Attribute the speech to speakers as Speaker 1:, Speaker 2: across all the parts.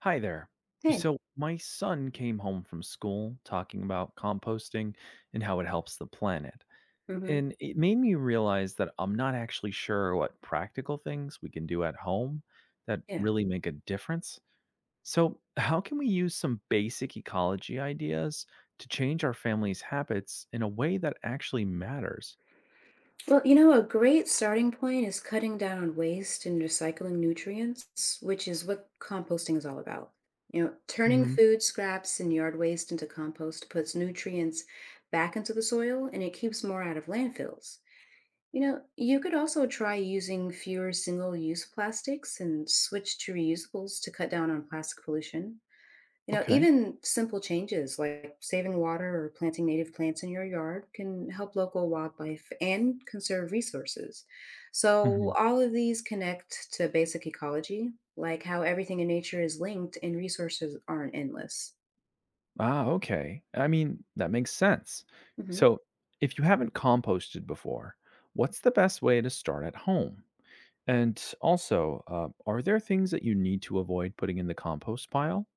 Speaker 1: Hi there.
Speaker 2: Hey.
Speaker 1: So, my son came home from school talking about composting and how it helps the planet.
Speaker 2: hmm
Speaker 1: And it made me realize that I'm not actually sure what practical things we can do at home that
Speaker 2: Yeah.
Speaker 1: really make a difference. So, how can we use some basic ecology ideas to change our family's habits in a way that actually matters?
Speaker 2: Well, you know, a great starting point is cutting down on waste and recycling nutrients, which is what composting is all about. You know, turning
Speaker 1: Hmm.
Speaker 2: food scraps and yard waste into compost puts nutrients back into the soil and it keeps more out of landfills. You know, you could also try using fewer single use plastics and switch to reusables to cut down on plastic pollution. You know,
Speaker 1: Okay.
Speaker 2: even simple changes like saving water or planting native plants in your yard can help local wildlife and conserve resources. So, all of these connect to basic ecology, like how everything in nature is linked and resources aren't endless.
Speaker 1: Ah, okay. I mean, that makes sense.
Speaker 2: Mhm.
Speaker 1: So, if you haven't composted before, what's the best way to start at home? And also, are there things that you need to avoid putting in the compost pile?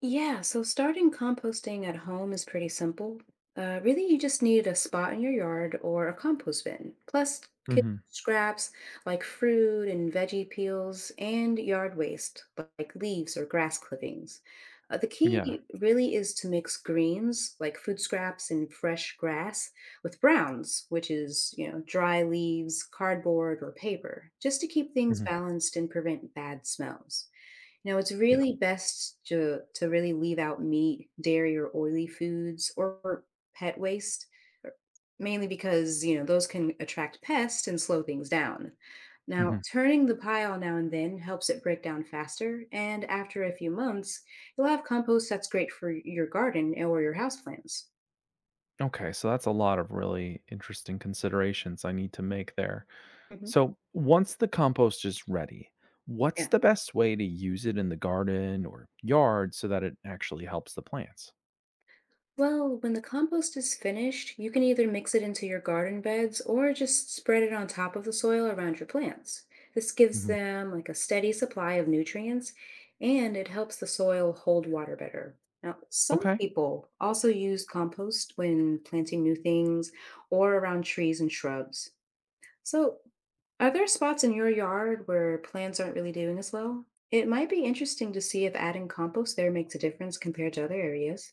Speaker 2: Yeah, so starting composting at home is pretty simple. Really, you just need a spot in your yard or a compost bin, plus kitchen
Speaker 1: Hmm.
Speaker 2: scraps like fruit and veggie peels, and yard waste like leaves or grass clippings. The
Speaker 1: Yeah.
Speaker 2: key really is to mix greens like food scraps and fresh grass with browns, which is, you know, dry leaves, cardboard, or paper, just to keep things
Speaker 1: Hmm.
Speaker 2: balanced and prevent bad smells. Now, it's
Speaker 1: Yeah.
Speaker 2: really best to really leave out meat, dairy, or oily foods or pet waste, er, mainly because, you know, those can attract pests and slow things down. Now,
Speaker 1: Hmm.
Speaker 2: turning the pile now and then helps it break down faster, and after a few months, you'll have compost that's great for your garden or your houseplants.
Speaker 1: Okay. So, that's a lot of really interesting considerations I need to make there.
Speaker 2: hmm
Speaker 1: So, once the compost is ready, what's
Speaker 2: Yeah.
Speaker 1: the best way to use it in the garden or yard so that it actually helps the plants?
Speaker 2: Well, when the compost is finished, you can either mix it into your garden beds or just spread it on top of the soil around your plants. This gives
Speaker 1: Hmm.
Speaker 2: them like a steady supply of nutrients and it helps the soil hold water better. Now, some
Speaker 1: Okay.
Speaker 2: people also use compost when planting new things or around trees and shrubs. So, are there spots in your yard where plants aren't really doing as well? It might be interesting to see if adding compost there makes a difference compared to other areas.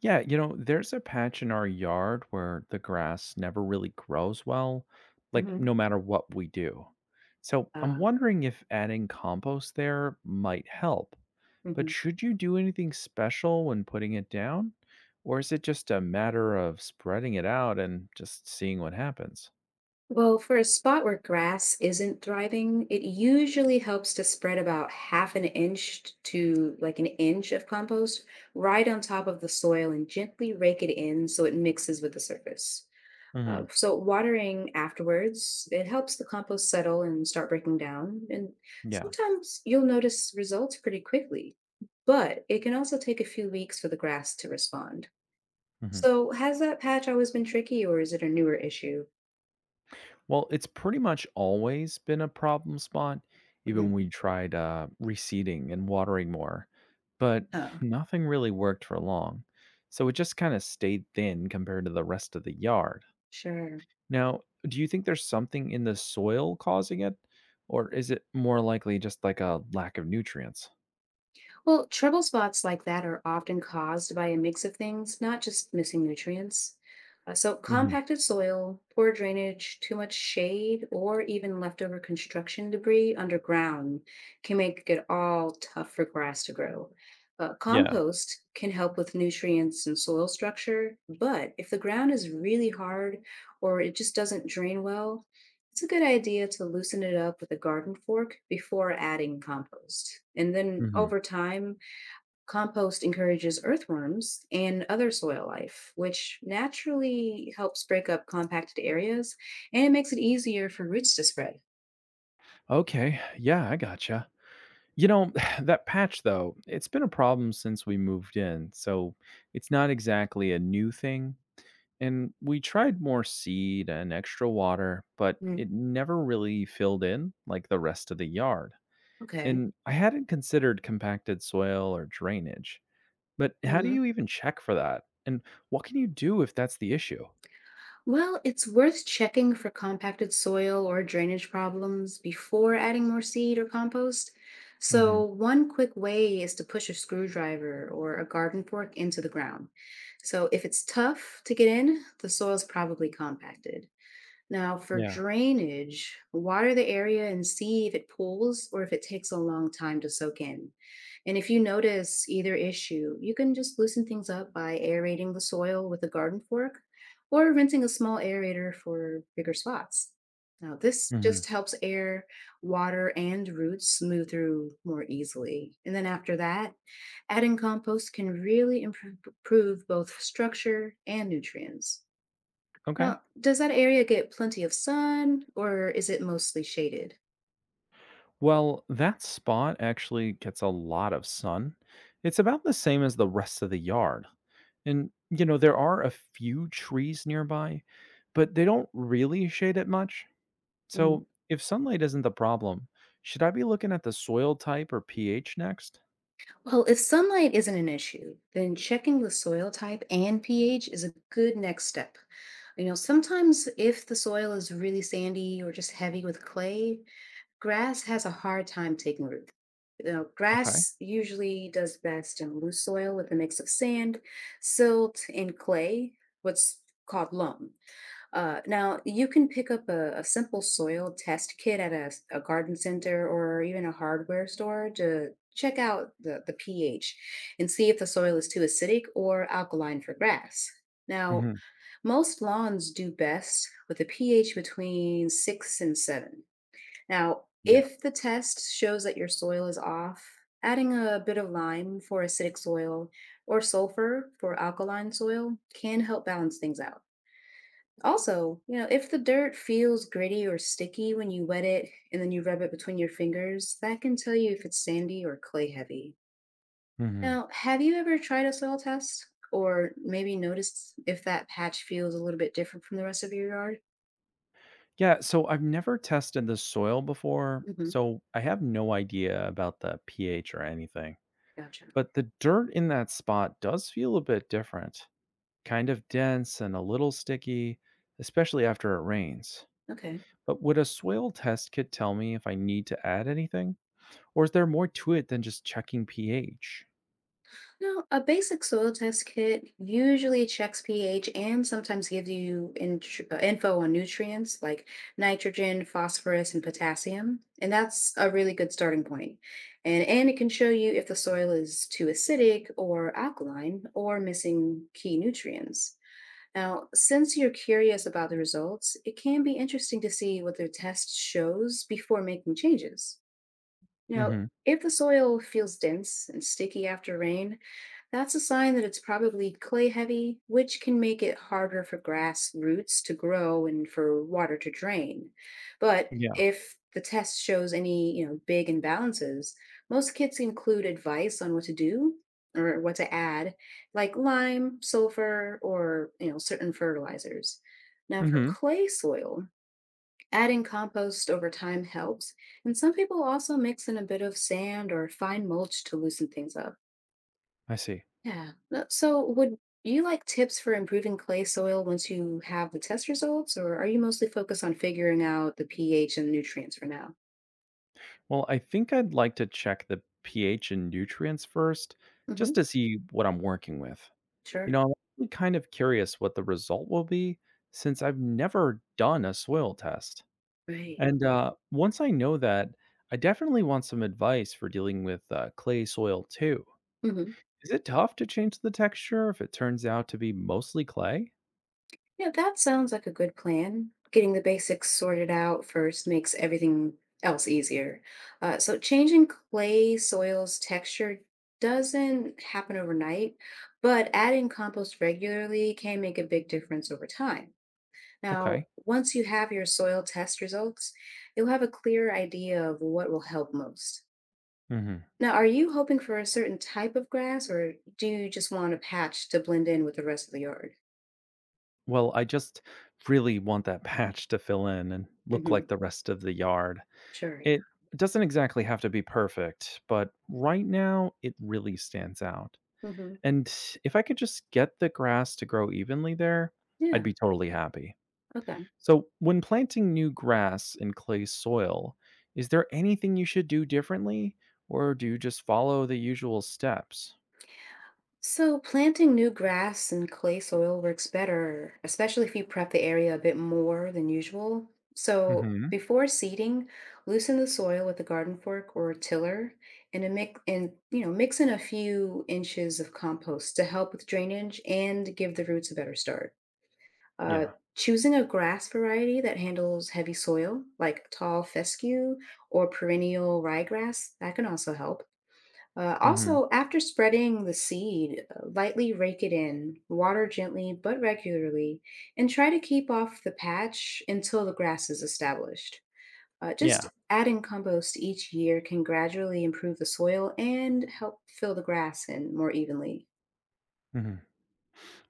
Speaker 1: Yeah, there's a patch in our yard where the grass never really grows well, like
Speaker 2: hmm
Speaker 1: no matter what we do. So I'm wondering if adding compost there might help. But
Speaker 2: Mhm.
Speaker 1: should you do anything special when putting it down? Or is it just a matter of spreading it out and just seeing what happens?
Speaker 2: Well, for a spot where grass isn't thriving, it usually helps to spread about half an inch to like an inch of compost right on top of the soil and gently rake it in so it mixes with the surface. Uh,
Speaker 1: Hmm.
Speaker 2: so watering afterwards, it helps the compost settle and start breaking down. And
Speaker 1: Yeah.
Speaker 2: sometimes you'll notice results pretty quickly, but it can also take a few weeks for the grass to respond.
Speaker 1: Hmm.
Speaker 2: So has that patch always been tricky or is it a newer issue?
Speaker 1: Well, it's pretty much always been a problem spot, even
Speaker 2: Mhm.
Speaker 1: when we tried reseeding and watering more, but
Speaker 2: Oh.
Speaker 1: nothing really worked for long. So it just kind of stayed thin compared to the rest of the yard.
Speaker 2: Sure.
Speaker 1: Now, do you think there's something in the soil causing it, or is it more likely just like a lack of nutrients?
Speaker 2: Well, trouble spots like that are often caused by a mix of things, not just missing nutrients.
Speaker 1: Hmm.
Speaker 2: Compacted soil, poor drainage, too much shade, or even leftover construction debris underground can make it all tough for grass to grow.
Speaker 1: Yeah.
Speaker 2: Compost can help with nutrients and soil structure, but if the ground is really hard or it just doesn't drain well, it's a good idea to loosen it up with a garden fork before adding compost. And then
Speaker 1: Hmm.
Speaker 2: over time, compost encourages earthworms and other soil life, which naturally helps break up compacted areas and it makes it easier for roots to spread.
Speaker 1: Okay. Yeah, I gotcha. You know, that patch though, it's been a problem since we moved in, so it's not exactly a new thing. And we tried more seed and extra water, but
Speaker 2: Mm,
Speaker 1: it never really filled in like the rest of the yard.
Speaker 2: okay.
Speaker 1: And I hadn't considered compacted soil or drainage. But how do
Speaker 2: Mhm.
Speaker 1: you even check for that? And what can you do if that's the issue?
Speaker 2: Well, it's worth checking for compacted soil or drainage problems before adding more seed or compost. So,
Speaker 1: Hmm.
Speaker 2: one quick way is to push a screwdriver or a garden fork into the ground. So, if it's tough to get in, the soil's probably compacted. Now, for
Speaker 1: Yeah.
Speaker 2: drainage, water the area and see if it pools or if it takes a long time to soak in. And if you notice either issue, you can just loosen things up by aerating the soil with a garden fork or rinsing a small aerator for bigger spots. Now, this
Speaker 1: Hmm.
Speaker 2: just helps air, water, and roots move through more easily. And then after that, adding compost can really improve both structure and nutrients.
Speaker 1: Okay.
Speaker 2: Now, does that area get plenty of sun or is it mostly shaded?
Speaker 1: Well, that spot actually gets a lot of sun. It's about the same as the rest of the yard. And there are a few trees nearby, but they don't really shade it much. So, if sunlight isn't the problem, should I be looking at the soil type or pH next?
Speaker 2: Well, if sunlight isn't an issue, then checking the soil type and pH is a good next step. You know, sometimes if the soil is really sandy or just heavy with clay, grass has a hard time taking root. You know,
Speaker 1: Okay.
Speaker 2: grass usually does best in loose soil with a mix of sand, silt, and clay, what's called loam. Now, you can pick up a simple soil test kit at a garden center or even a hardware store to check out the pH and see if the soil is too acidic or alkaline for grass. Now,
Speaker 1: Hmm.
Speaker 2: most lawns do best with a pH between six and seven. Now,
Speaker 1: Yeah.
Speaker 2: if the test shows that your soil is off, adding a bit of lime for acidic soil or sulfur for alkaline soil can help balance things out. Also, you know, if the dirt feels gritty or sticky when you wet it and then you rub it between your fingers, that can tell you if it's sandy or clay heavy.
Speaker 1: Hmm.
Speaker 2: Now, have you ever tried a soil test or maybe noticed if that patch feels a little bit different from the rest of your yard?
Speaker 1: Yeah. So, I've never tested the soil before.
Speaker 2: hmm
Speaker 1: So, I have no idea about the pH or anything.
Speaker 2: Gotcha.
Speaker 1: But the dirt in that spot does feel a bit different, kind of dense and a little sticky, especially after it rains.
Speaker 2: Okay.
Speaker 1: But would a soil test kit tell me if I need to add anything? Or is there more to it than just checking pH?
Speaker 2: No, a basic soil test kit usually checks pH and sometimes gives you info on nutrients like nitrogen, phosphorus, and potassium. And that's a really good starting point. And it can show you if the soil is too acidic or alkaline or missing key nutrients. Now, since you're curious about the results, it can be interesting to see what the test shows before making changes. Now,
Speaker 1: Hmm.
Speaker 2: if the soil feels dense and sticky after rain, that's a sign that it's probably clay heavy, which can make it harder for grass roots to grow and for water to drain. But
Speaker 1: Yeah.
Speaker 2: if the test shows any, you know, big imbalances, most kits include advice on what to do or what to add, like lime, sulfur, or, you know, certain fertilizers. Now, for
Speaker 1: Hmm.
Speaker 2: clay soil, adding compost over time helps, and some people also mix in a bit of sand or fine mulch to loosen things up.
Speaker 1: I see.
Speaker 2: Yeah. So, would you like tips for improving clay soil once you have the test results, or are you mostly focused on figuring out the pH and nutrients for now?
Speaker 1: Well, I think I'd like to check the pH and nutrients first,
Speaker 2: hmm.
Speaker 1: just to see what I'm working with.
Speaker 2: Sure.
Speaker 1: I'm actually kind of curious what the result will be since I've never done a soil test.
Speaker 2: Right.
Speaker 1: And once I know that, I definitely want some advice for dealing with clay soil too.
Speaker 2: hmm
Speaker 1: Is it tough to change the texture if it turns out to be mostly clay?
Speaker 2: Yeah, that sounds like a good plan. Getting the basics sorted out first makes everything else easier. Changing clay soil's texture doesn't happen overnight, but adding compost regularly can make a big difference over time. Now,
Speaker 1: Okay.
Speaker 2: once you have your soil test results, you'll have a clear idea of what will help most.
Speaker 1: Hmm.
Speaker 2: Now, are you hoping for a certain type of grass, or do you just want a patch to blend in with the rest of the yard?
Speaker 1: Well, I just really want that patch to fill in and look like
Speaker 2: hmm.
Speaker 1: the rest of the yard.
Speaker 2: Sure, yeah.
Speaker 1: It doesn't exactly have to be perfect, but right now it really stands out.
Speaker 2: hmm.
Speaker 1: And if I could just get the grass to grow evenly there, I'd
Speaker 2: Yeah.
Speaker 1: be totally happy.
Speaker 2: Okay.
Speaker 1: So, when planting new grass in clay soil, is there anything you should do differently or do you just follow the usual steps?
Speaker 2: So planting new grass and clay soil works better, especially if you prep the area a bit more than usual. So
Speaker 1: Mhm.
Speaker 2: before seeding, loosen the soil with a garden fork or a tiller and a mix and you know, mix in a few inches of compost to help with drainage and give the roots a better start. Uh,
Speaker 1: Yeah.
Speaker 2: Choosing a grass variety that handles heavy soil, like tall fescue or perennial ryegrass, that can also help.
Speaker 1: Mhm.
Speaker 2: Also, after spreading the seed, lightly rake it in, water gently but regularly, and try to keep off the patch until the grass is established. Just
Speaker 1: Yeah.
Speaker 2: adding compost each year can gradually improve the soil and help fill the grass in more evenly.
Speaker 1: Mhm.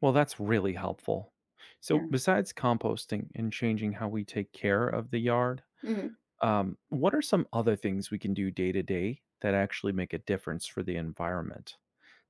Speaker 1: Well, that's really helpful. So,
Speaker 2: Yeah.
Speaker 1: besides composting and changing how we take care of the yard,
Speaker 2: Mhm.
Speaker 1: What are some other things we can do day to day that actually make a difference for the environment?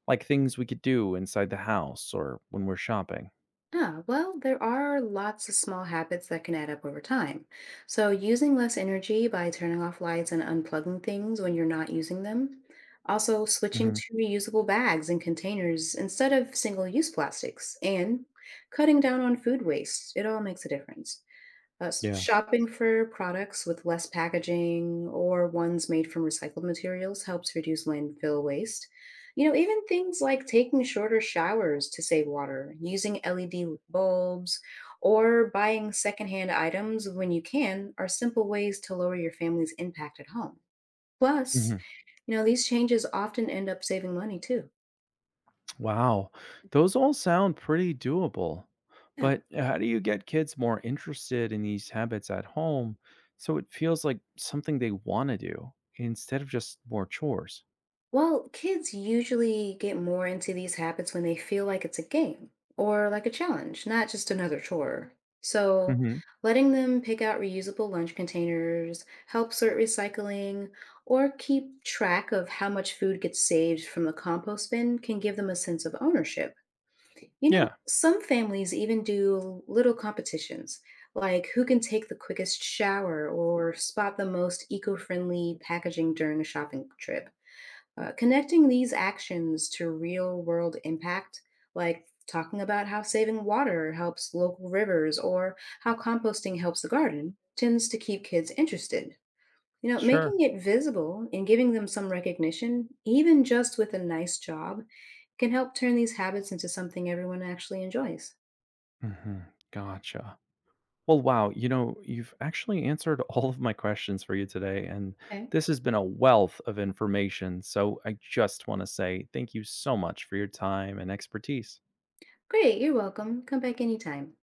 Speaker 1: Like things we could do inside the house or when we're shopping?
Speaker 2: Ah, well, there are lots of small habits that can add up over time. So, using less energy by turning off lights and unplugging things when you're not using them. Also, switching
Speaker 1: Hmm.
Speaker 2: to reusable bags and containers instead of single use plastics and cutting down on food waste. It all makes a difference.
Speaker 1: Yeah.
Speaker 2: Shopping for products with less packaging or ones made from recycled materials helps reduce landfill waste. You know, even things like taking shorter showers to save water, using LED bulbs, or buying secondhand items when you can are simple ways to lower your family's impact at home. Plus,
Speaker 1: Hmm.
Speaker 2: you know, these changes often end up saving money too.
Speaker 1: Wow. Those all sound pretty doable.
Speaker 2: Yeah.
Speaker 1: But how do you get kids more interested in these habits at home so it feels like something they want to do instead of just more chores?
Speaker 2: Well, kids usually get more into these habits when they feel like it's a game or like a challenge, not just another chore. So,
Speaker 1: Hmm.
Speaker 2: letting them pick out reusable lunch containers, help sort recycling, or keep track of how much food gets saved from the compost bin can give them a sense of ownership. You know,
Speaker 1: Yeah,
Speaker 2: some families even do little competitions, like who can take the quickest shower or spot the most eco friendly packaging during a shopping trip. Connecting these actions to real world impact, like talking about how saving water helps local rivers or how composting helps the garden, tends to keep kids interested. You know,
Speaker 1: sure.
Speaker 2: making it visible and giving them some recognition, even just with a nice job, can help turn these habits into something everyone actually enjoys.
Speaker 1: Hmm. Gotcha. Well, wow, you've actually answered all of my questions for you today, and
Speaker 2: Okay.
Speaker 1: this has been a wealth of information. So I just want to say thank you so much for your time and expertise.
Speaker 2: Great, you're welcome. Come back anytime.